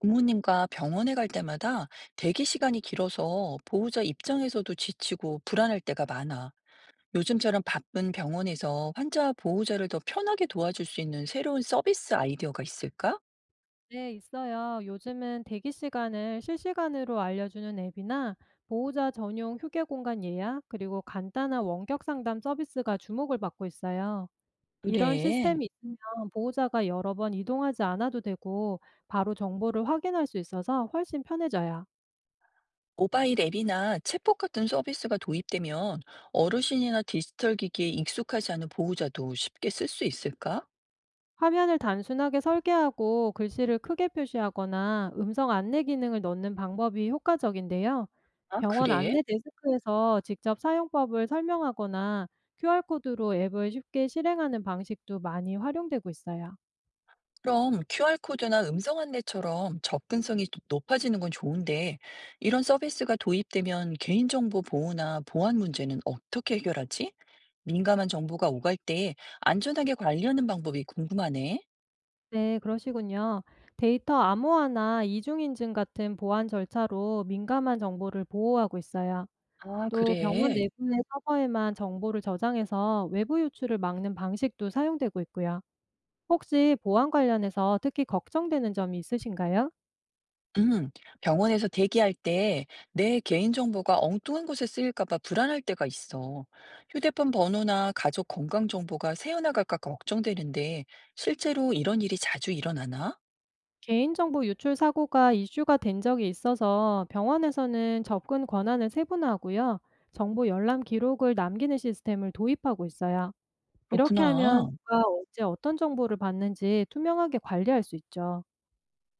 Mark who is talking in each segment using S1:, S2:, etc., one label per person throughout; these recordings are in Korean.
S1: 부모님과 병원에 갈 때마다 대기 시간이 길어서 보호자 입장에서도 지치고 불안할 때가 많아. 요즘처럼 바쁜 병원에서 환자와 보호자를 더 편하게 도와줄 수 있는 새로운 서비스 아이디어가 있을까?
S2: 네, 있어요. 요즘은 대기 시간을 실시간으로 알려주는 앱이나 보호자 전용 휴게 공간 예약, 그리고 간단한 원격 상담 서비스가 주목을 받고 있어요. 이런
S1: 그래.
S2: 시스템이 있으면 보호자가 여러 번 이동하지 않아도 되고, 바로 정보를 확인할 수 있어서 훨씬 편해져요.
S1: 모바일 앱이나 챗봇 같은 서비스가 도입되면 어르신이나 디지털 기기에 익숙하지 않은 보호자도 쉽게 쓸 수 있을까?
S2: 화면을 단순하게 설계하고 글씨를 크게 표시하거나 음성 안내 기능을 넣는 방법이 효과적인데요.
S1: 아,
S2: 병원
S1: 그래.
S2: 안내 데스크에서 직접 사용법을 설명하거나 QR코드로 앱을 쉽게 실행하는 방식도 많이 활용되고 있어요.
S1: 그럼 QR코드나 음성 안내처럼 접근성이 또 높아지는 건 좋은데, 이런 서비스가 도입되면 개인정보 보호나 보안 문제는 어떻게 해결하지? 민감한 정보가 오갈 때 안전하게 관리하는 방법이 궁금하네.
S2: 네, 그러시군요. 데이터 암호화나 이중인증 같은 보안 절차로 민감한 정보를 보호하고 있어요.
S1: 아,
S2: 또 병원
S1: 그래.
S2: 내부의 서버에만 정보를 저장해서 외부 유출을 막는 방식도 사용되고 있고요. 혹시 보안 관련해서 특히 걱정되는 점이 있으신가요?
S1: 음, 병원에서 대기할 때 내 개인정보가 엉뚱한 곳에 쓰일까봐 불안할 때가 있어. 휴대폰 번호나 가족 건강정보가 새어나갈까 걱정되는데, 실제로 이런 일이 자주 일어나나?
S2: 개인정보 유출 사고가 이슈가 된 적이 있어서 병원에서는 접근 권한을 세분화하고요. 정보 열람 기록을 남기는 시스템을 도입하고 있어요. 이렇게 하면
S1: 그렇구나.
S2: 누가 언제 어떤 정보를 받는지 투명하게 관리할 수 있죠.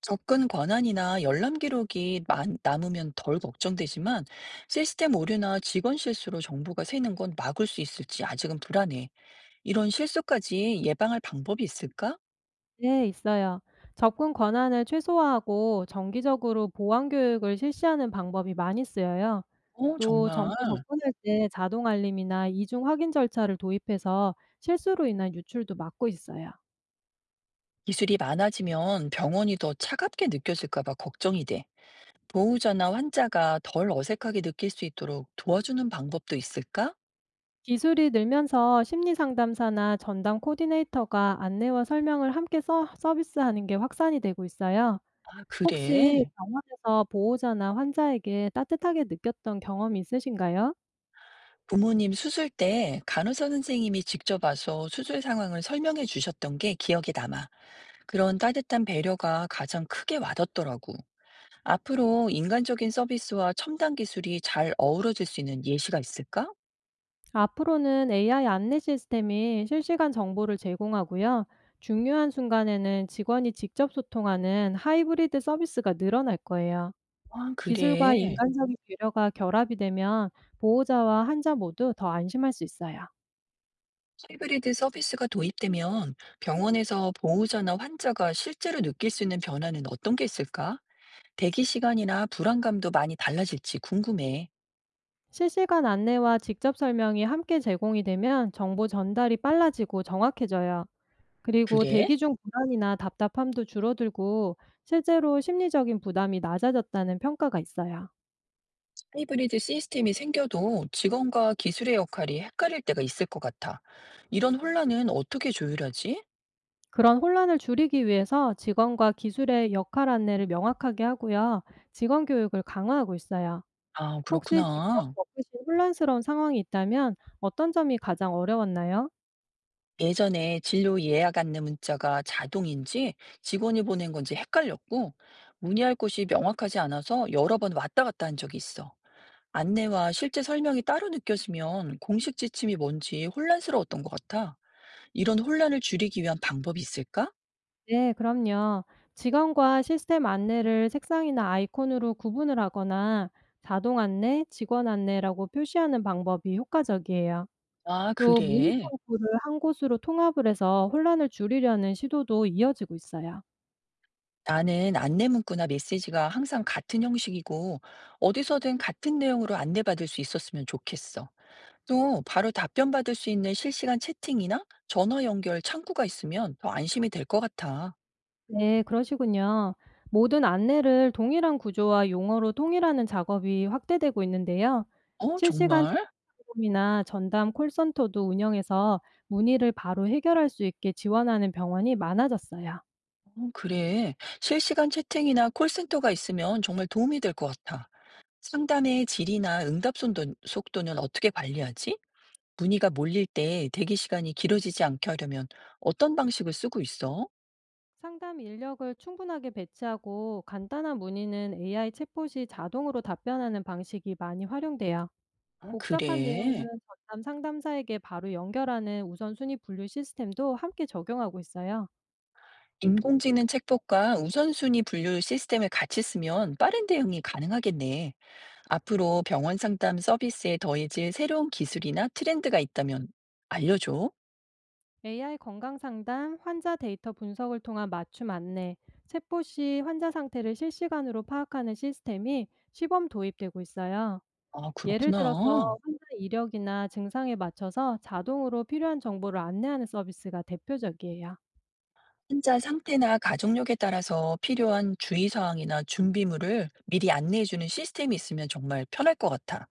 S1: 접근 권한이나 열람 기록이 남으면 덜 걱정되지만 시스템 오류나 직원 실수로 정보가 새는 건 막을 수 있을지 아직은 불안해. 이런 실수까지 예방할 방법이 있을까?
S2: 네, 있어요. 접근 권한을 최소화하고 정기적으로 보안 교육을 실시하는 방법이 많이 쓰여요.
S1: 어,
S2: 또
S1: 정말.
S2: 정보 접근할 때 자동 알림이나 이중 확인 절차를 도입해서 실수로 인한 유출도 막고 있어요.
S1: 기술이 많아지면 병원이 더 차갑게 느껴질까 봐 걱정이 돼. 보호자나 환자가 덜 어색하게 느낄 수 있도록 도와주는 방법도 있을까?
S2: 기술이 늘면서 심리 상담사나 전담 코디네이터가 안내와 설명을 함께 서비스하는 게 확산이 되고 있어요.
S1: 아,
S2: 혹시
S1: 그래.
S2: 병원에서 보호자나 환자에게 따뜻하게 느꼈던 경험이 있으신가요?
S1: 부모님 수술 때 간호사 선생님이 직접 와서 수술 상황을 설명해 주셨던 게 기억에 남아. 그런 따뜻한 배려가 가장 크게 와닿더라고. 앞으로 인간적인 서비스와 첨단 기술이 잘 어우러질 수 있는 예시가 있을까?
S2: 앞으로는 AI 안내 시스템이 실시간 정보를 제공하고요. 중요한 순간에는 직원이 직접 소통하는 하이브리드 서비스가 늘어날 거예요.
S1: 아,
S2: 기술과
S1: 그래.
S2: 인간적인 배려가 결합이 되면 보호자와 환자 모두 더 안심할 수 있어요.
S1: 하이브리드 서비스가 도입되면 병원에서 보호자나 환자가 실제로 느낄 수 있는 변화는 어떤 게 있을까? 대기 시간이나 불안감도 많이 달라질지 궁금해.
S2: 실시간 안내와 직접 설명이 함께 제공이 되면 정보 전달이 빨라지고 정확해져요. 그리고
S1: 그래?
S2: 대기 중 불안이나 답답함도 줄어들고 실제로 심리적인 부담이 낮아졌다는 평가가 있어요.
S1: 하이브리드 시스템이 생겨도 직원과 기술의 역할이 헷갈릴 때가 있을 것 같아. 이런 혼란은 어떻게 조율하지?
S2: 그런 혼란을 줄이기 위해서 직원과 기술의 역할 안내를 명확하게 하고요. 직원 교육을 강화하고 있어요.
S1: 아,
S2: 혹시 직접
S1: 그렇구나.
S2: 겪으신 혼란스러운 상황이 있다면 어떤 점이 가장 어려웠나요?
S1: 예전에 진료 예약 안내 문자가 자동인지 직원이 보낸 건지 헷갈렸고, 문의할 곳이 명확하지 않아서 여러 번 왔다 갔다 한 적이 있어. 안내와 실제 설명이 따로 느껴지면 공식 지침이 뭔지 혼란스러웠던 것 같아. 이런 혼란을 줄이기 위한 방법이 있을까?
S2: 네, 그럼요. 직원과 시스템 안내를 색상이나 아이콘으로 구분을 하거나 자동 안내, 직원 안내라고 표시하는 방법이 효과적이에요.
S1: 아,
S2: 또 문의
S1: 그래.
S2: 창구를 한 곳으로 통합을 해서 혼란을 줄이려는 시도도 이어지고 있어요.
S1: 나는 안내 문구나 메시지가 항상 같은 형식이고, 어디서든 같은 내용으로 안내받을 수 있었으면 좋겠어. 또 바로 답변 받을 수 있는 실시간 채팅이나 전화 연결 창구가 있으면 더 안심이 될 것 같아.
S2: 네, 그러시군요. 모든 안내를 동일한 구조와 용어로 통일하는 작업이 확대되고 있는데요.
S1: 어,
S2: 실시간
S1: 정말?
S2: 챗폼이나 전담 콜센터도 운영해서 문의를 바로 해결할 수 있게 지원하는 병원이 많아졌어요.
S1: 어, 그래. 실시간 채팅이나 콜센터가 있으면 정말 도움이 될 것 같아. 상담의 질이나 응답 속도는 어떻게 관리하지? 문의가 몰릴 때 대기 시간이 길어지지 않게 하려면 어떤 방식을 쓰고 있어?
S2: 상담 인력을 충분하게 배치하고 간단한 문의는 AI 챗봇이 자동으로 답변하는 방식이 많이 활용돼요.
S1: 아,
S2: 복잡한 내용은
S1: 그래.
S2: 전담 상담사에게 바로 연결하는 우선순위 분류 시스템도 함께 적용하고 있어요.
S1: 인공지능 챗봇과 우선순위 분류 시스템을 같이 쓰면 빠른 대응이 가능하겠네. 앞으로 병원 상담 서비스에 더해질 새로운 기술이나 트렌드가 있다면 알려줘.
S2: AI 건강 상담, 환자 데이터 분석을 통한 맞춤 안내, 체포 시 환자 상태를 실시간으로 파악하는 시스템이 시범 도입되고 있어요.
S1: 아,
S2: 예를 들어서
S1: 그렇구나.
S2: 환자 이력이나 증상에 맞춰서 자동으로 필요한 정보를 안내하는 서비스가 대표적이에요.
S1: 환자 상태나 가족력에 따라서 필요한 주의사항이나 준비물을 미리 안내해주는 시스템이 있으면 정말 편할 것 같아.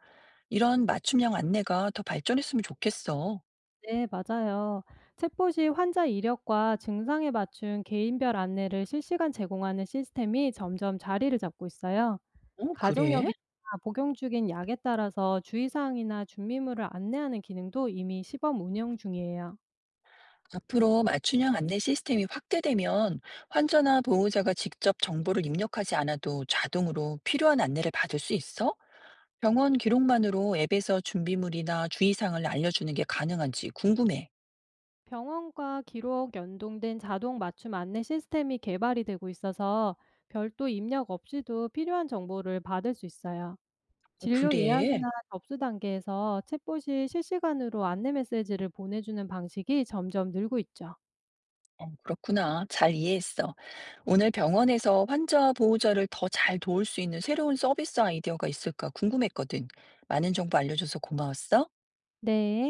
S1: 이런 맞춤형 안내가 더 발전했으면 좋겠어.
S2: 네, 맞아요. 챗봇이 환자 이력과 증상에 맞춘 개인별 안내를 실시간 제공하는 시스템이 점점 자리를 잡고 있어요.
S1: 어, 그래?
S2: 가족력이나 복용 중인 약에 따라서 주의사항이나 준비물을 안내하는 기능도 이미 시범 운영 중이에요.
S1: 앞으로 맞춤형 안내 시스템이 확대되면 환자나 보호자가 직접 정보를 입력하지 않아도 자동으로 필요한 안내를 받을 수 있어? 병원 기록만으로 앱에서 준비물이나 주의사항을 알려주는 게 가능한지 궁금해.
S2: 병원과 기록 연동된 자동 맞춤 안내 시스템이 개발이 되고 있어서 별도 입력 없이도 필요한 정보를 받을 수 있어요.
S1: 어,
S2: 진료
S1: 그래?
S2: 예약이나 접수 단계에서 챗봇이 실시간으로 안내 메시지를 보내주는 방식이 점점 늘고 있죠.
S1: 어, 그렇구나. 잘 이해했어. 오늘 병원에서 환자 보호자를 더 잘 도울 수 있는 새로운 서비스 아이디어가 있을까 궁금했거든. 많은 정보 알려줘서 고마웠어.
S2: 네.